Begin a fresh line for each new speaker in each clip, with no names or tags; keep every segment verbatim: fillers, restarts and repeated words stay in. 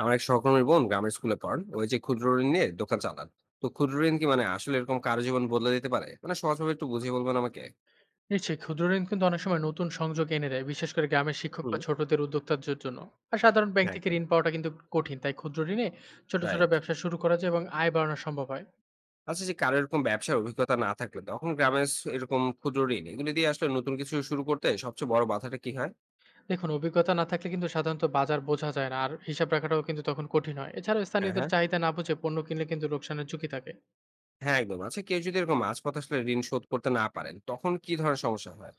আমার এক সহকর্মীর বোন গ্রামের স্কুলে পড়ান, ওই যে ক্ষুদ্র ঋণ নিয়ে দোকান চালান। তো ক্ষুদ্র ঋণ কি, মানে আসলে এরকম কারো জীবন বদলে দিতে পারে? মানে সহজভাবে একটু বুঝিয়ে বলবেন আমাকে।
নিশ্চয়ই ক্ষুদ্র ঋণ কিন্তু অনেক সময় নতুন সংযোগ এনে দেয়, বিশেষ করে গ্রামের শিক্ষক
হুম।
বা ছোটদের উদ্যোক্তাদের জন্য। আর সাধারণ ব্যাংক থেকে
একদম।
ঋণ পাওয়াটা কিন্তু কঠিন, তাই ক্ষুদ্র ঋণে ছোট ছোট
রাইট।
ব্যবসা শুরু করা যায় এবং আয় বাড়ানো সম্ভব হয়।
আচ্ছা, যে কারো এরকম ব্যবসার অভিজ্ঞতা না থাকলে তখন গ্রামের স- এরকম ক্ষুদ্র ঋণ এগুলি দিয়ে আসলে নতুন কিছু শুরু করতে সবচেয়ে বড় বাধাটা কি হয়?
দেখুন, অভিজ্ঞতা না থাকলে কিন্তু সাধারণত বাজার বোঝা যায় না, আর হিসাব রাখাটাও কিন্তু তখন কঠিন হয়। এছাড়াও
হ্যাঁ,
স্থানীয়দের
হ্যাঁ।
চাহিদা না বুঝে পণ্য কিনলে কিন্তু লোকসানের ঝুঁকি থাকে।
হ্যাঁ, একদম। আচ্ছা, কেউ যদি এরকম মাঝপথে আসলে ঋণ শোধ করতে না পারেন, তখন কি ধরনের সমস্যা হয়?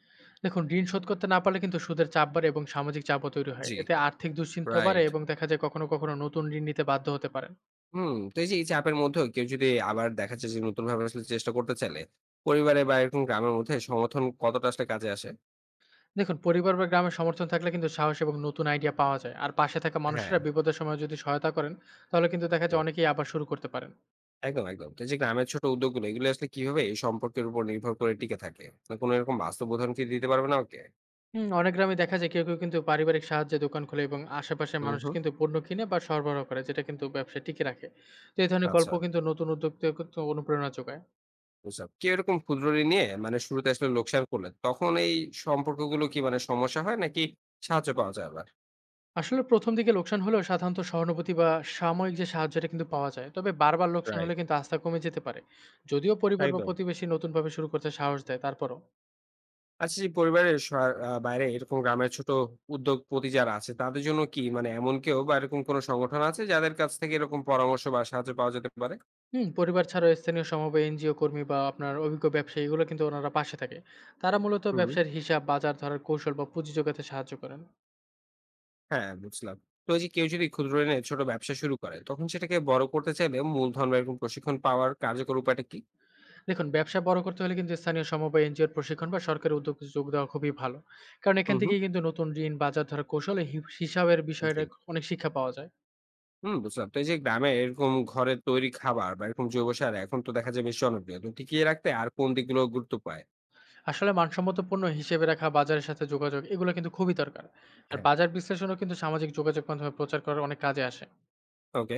দেখুন, ঋণ শোধ করতে না পারলে কিন্তু সুদের চাপ বাড়ে এবং সামাজিক চাপও তৈরি হয়।
জি।
এতে আর্থিক দুশ্চিন্তা বাড়ে
রাইট।
এবং দেখা যায় কখনো কখনো নতুন ঋণ নিতে বাধ্য হতে পারেন।
হুম, তো এই যে এই চাপের মধ্যেও কেউ যদি আবার দেখা যায় যে নতুনভাবে আসলে চেষ্টা করতে চাইলে, পরিবারে বা এরকম গ্রামের মধ্যে সমর্থন কতটা আসলে কাজে আসে?
দেখুন, পরিবার বা গ্রামের সমর্থন থাকলে কিন্তু সাহস এবং নতুন আইডিয়া পাওয়া যায়। আর পাশে থাকা
হ্যাঁ।
মানুষেরা বিপদের সময় যদি সহায়তা করেন, তাহলে কিন্তু দেখা
তো
যায় অনেকেই আবার শুরু করতে পারেন।
একদম, একদম। তো এই যে গ্রামের ছোট উদ্যোগগুলো এগুলো আসলে কিভাবে এই সম্পর্কের উপর নির্ভর করে টিকে থাকে? মানে কোনো এরকম বাস্তব উদাহরণ কি দিতে পারবেন আমাকে?
হুম, অনেক গ্রামে দেখা যায় কেউ কেউ কিন্তু পারিবারিক সাহায্যে দোকান খোলে এবং আশেপাশে
হুম,
মানুষ
হুম।
কিন্তু পণ্য কিনে বা সরবরাহ করে, যেটা কিন্তু ব্যবসা টিকে রাখে। তো এই ধরনের
আচ্ছা,
গল্প কিন্তু নতুন উদ্যোক্তা অনুপ্রেরণা যোগায়।
বুঝলাম। কেউ এরকম ক্ষুদ্র ঋণ নিয়ে মানে শুরুতে আসলে লোকসান করলে তখন এই সম্পর্কগুলো কি মানে সমস্যা হয়, নাকি সাহায্য পাওয়া যায় আবার?
আসলে প্রথম দিকে লোকসান হলেও সাধারণত সহানুভূতি বা সাময়িক যে সাহায্যটা কিন্তু পাওয়া যায়, তবে বারবার লোকসান হলে
রাইট।
কিন্তু আস্থা কমে যেতে পারে। যদিও পরিবার বা
একদম।
প্রতিবেশী নতুনভাবে শুরু করতে সাহস দেয় তারপরও।
আচ্ছা, যে পরিবারের সহায়- আহ, বাইরে এরকম গ্রামের ছোট উদ্যোগপতি যারা আছে তাদের জন্য কি মানে এমন কেউ বা এরকম কোনো সংগঠন আছে যাদের কাছ থেকে এরকম পরামর্শ বা সাহায্য পাওয়া যেতে পারে?
হুম, পরিবার ছাড়াও স্থানীয় সমবায়, এনজিও কর্মী বা আপনার অভিজ্ঞ ব্যবসায়ী, এগুলো কিন্তু ওনারা পাশে থাকে। তারা মূলত
হুম।
ব্যবসার হিসাব, বাজার ধরার কৌশল বা পুঁজি জোগাতে সাহায্য করেন।
হ্যাঁ, বুঝলাম। তো এই যে কেউ যদি ক্ষুদ্র ঋণে ছোট ব্যবসা শুরু করে তখন সেটাকে বড় করতে চাইলে মূলধন বা এরকম প্রশিক্ষণ পাওয়ার কার্যকর উপায়টা কি?
দেখুন, ব্যবসা বড় করতে হলে কিন্তু স্থানীয় সমবায়, এনজিওর প্রশিক্ষণ বা সরকারি উদ্যোগ যোগ দেওয়া খুবই ভালো। কারণ এখান
হুম, হুম।
থেকেই কিন্তু নতুন ঋণ, বাজার ধরার কৌশল, এই হি হিসাবের
জি।
বিষয়টা অনেক শিক্ষা পাওয়া যায়।
হুম, বুঝলাম। তো এই যে গ্রামে এরকম ঘরে তৈরি খাবার বা এরকম জৈব সার এখন তো দেখা যায় বেশ জনপ্রিয়, তো টিকিয়ে রাখতে আর কোন দিকগুলো গুরুত্ব পায়?
আসলে মানসম্মত পণ্য হিসেবে রাখা, বাজারের সাথে যোগাযোগ, এগুলো কিন্তু খুবই দরকার। আর
হ্যাঁ।
বাজার বিশ্লেষণও কিন্তু সামাজিক যোগাযোগ মাধ্যমে প্রচার করার অনেক কাজে আসে।
ওকে।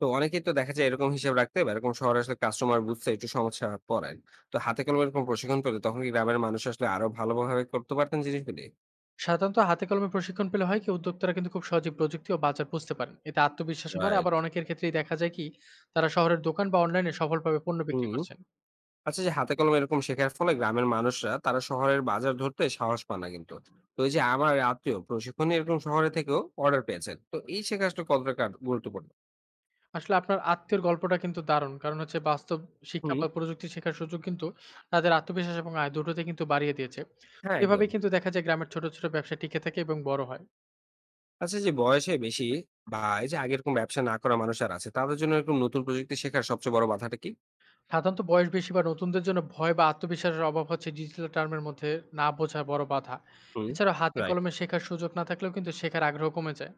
তো অনেকেই তো দেখা যায় এরকম হিসাব রাখতে বা এরকম শহরে আসলে কাস্টমার বুঝতে একটু সমস্যা পড়েন। তো হাতে কলমে এরকম প্রশিক্ষণ পেলে তখন কি গ্রামের মানুষ আসলে আরো ভালোভাবে করতে পারতেন জিনিসগুলি?
সাধারণত হাতে কলমে প্রশিক্ষণ পেলে হয় কি, উদ্যোক্তারা কিন্তু খুব সহজে প্রযুক্তি ও বাজার বুঝতে পারেন, এতে আত্মবিশ্বাসও বাড়ে।
রাইট।
আবার অনেকের ক্ষেত্রেই দেখা যায় কি, তারা শহরের দোকান বা অনলাইনে সফলভাবে পণ্য
হুম।
বিক্রি করছেন।
আচ্ছা, যে হাতে কলমে এরকম শেখার ফলে গ্রামের মানুষরা তারা শহরের বাজার ধরতে সাহস পান না কিন্তু। তো এই যে আমার আত্মীয় প্রশিক্ষণে এরকম শহরে থেকেও অর্ডার পেয়েছেন, তো এই শেখা আসলে কতটা কার- গুরুত্বপূর্ণ?
আসলে আপনার আত্মীয়র গল্পটা কিন্তু দারুণ, কারণ হচ্ছে বাস্তব শিক্ষা
হুম।
বা প্রযুক্তি শেখার সুযোগ কিন্তু তাদের আত্মবিশ্বাস এবং আয় দুটোতে কিন্তু বাড়িয়ে দিয়েছে।
হ্যাঁ,
এভাবে
একদম।
কিন্তু দেখা যায় গ্রামের ছোট ছোট ব্যবসা টিকে থাকে এবং বড় হয়।
আচ্ছা, যে বয়সে বেশি বা এই যে আগে এরকম ব্যবসা না করা মানুষ আর আছে তাদের জন্য এরকম নতুন প্রযুক্তি শেখার সবচেয়ে বড় বাধাটা কি?
সাধারণত বয়স বেশি বা নতুনদের জন্য ভয় বা আত্মবিশ্বাসের অভাব, হচ্ছে ডিজিটাল টার্মের মধ্যে না বোঝা বড় বাধা।
হুম।
এছাড়া হাতে
রাইট।
কলমে শেখার সুযোগ না থাকলেও কিন্তু শেখার আগ্রহ কমে যায়।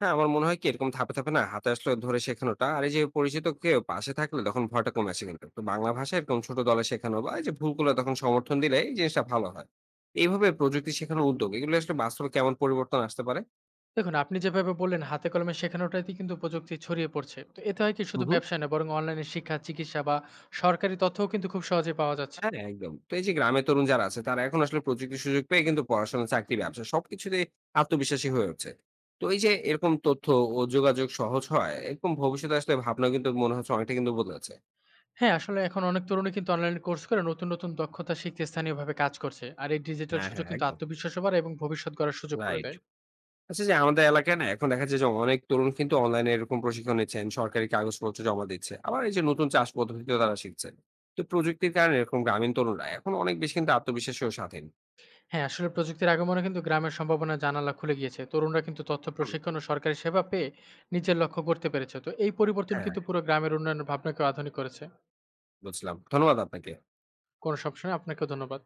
হ্যাঁ, আমার মনে হয় কি এরকম ধাপে, ধাপে না হাতে আসলে ধরে শেখানোটা, আর এই যে পরিচিত কেউ পাশে থাকলে তখন ভয়টা কমে আসে কিন্তু। তো বাংলা ভাষায় এরকম ছোট দলে শেখানো বা এই যে ভুলগুলো তখন সমর্থন দিলে এই জিনিসটা ভালো হয়। এইভাবে প্রযুক্তি শেখানোর উদ্যোগ এগুলো আসলে বাস্তবে কেমন পরিবর্তন আসতে পারে?
দেখুন, আপনি যেভাবে বললেন হাতে কলমে শেখানোটাতেই কিন্তু প্রযুক্তি ছড়িয়ে পড়ছে। তো এতে হয় কি,
হুম,
শুধু
হুম।
ব্যবসা না বরং অনলাইনে শিক্ষা, চিকিৎসা বা সরকারি তথ্যও কিন্তু খুব সহজে পাওয়া যাচ্ছে।
হ্যাঁ, একদম। তো এই যে গ্রামের তরুণ যারা আছে তারা এখন আসলে প্রযুক্তির সুযোগ পেয়ে কিন্তু পড়াশোনা, চাকরি, ব্যবসা সবকিছুতেই আত্মবিশ্বাসী হয়ে উঠছে। তো এই যে এরকম তথ্য ও যোগাযোগ সহজ হয় এরকম ভবিষ্যতে আসলে ভাবনা কিন্তু মনে হচ্ছে অনেকটা কিন্তু বদলেছে।
হ্যাঁ, আসলে এখন অনেক তরুণই কিন্তু অনলাইনে কোর্স করে নতুন, নতুন দক্ষতা শিখতে স্থানীয়ভাবে কাজ করছে। আর এই ডিজিটাল
হ্যাঁ,
সুযোগ
হ্যাঁ,
কিন্তু
একদম।
আত্মবিশ্বাসও বাড়ায় এবং ভবিষ্যৎ গড়ার সুযোগ করে
রাইট।
দেয়।
আচ্ছা, যে আমাদের এলাকায় না এখন দেখা যায় যে অনেক তরুণ কিন্তু অনলাইনে এরকম প্রশিক্ষণ নিচ্ছেন, সরকারি কাগজপত্র জমা দিচ্ছে, আবার এই যে নতুন চাষ পদ্ধতিও তারা শিখছেন। তো প্রযুক্তির কারণে এরকম গ্রামীণ তরুণরা এখন অনেক বেশি কিন্তু আত্মবিশ্বাসী ও স্বাধীন।
হ্যাঁ, আসলে প্রযুক্তির আগমনে কিন্তু গ্রামের সম্ভাবনার জানালা খুলে গিয়েছে। তরুণরা কিন্তু তথ্য,
হুম,
প্রশিক্ষণ ও সরকারি সেবা পেয়ে নিজের লক্ষ্য করতে পেরেছে। তো এই পরিবর্তন
হ্যাঁ,
কিন্তু পুরো গ্রামের উন্নয়নের ভাবনাকেও আধুনিক করেছে।
বুঝলাম। ধন্যবাদ আপনাকে।
কোনো সমস্যা নেই, আপনাকেও ধন্যবাদ।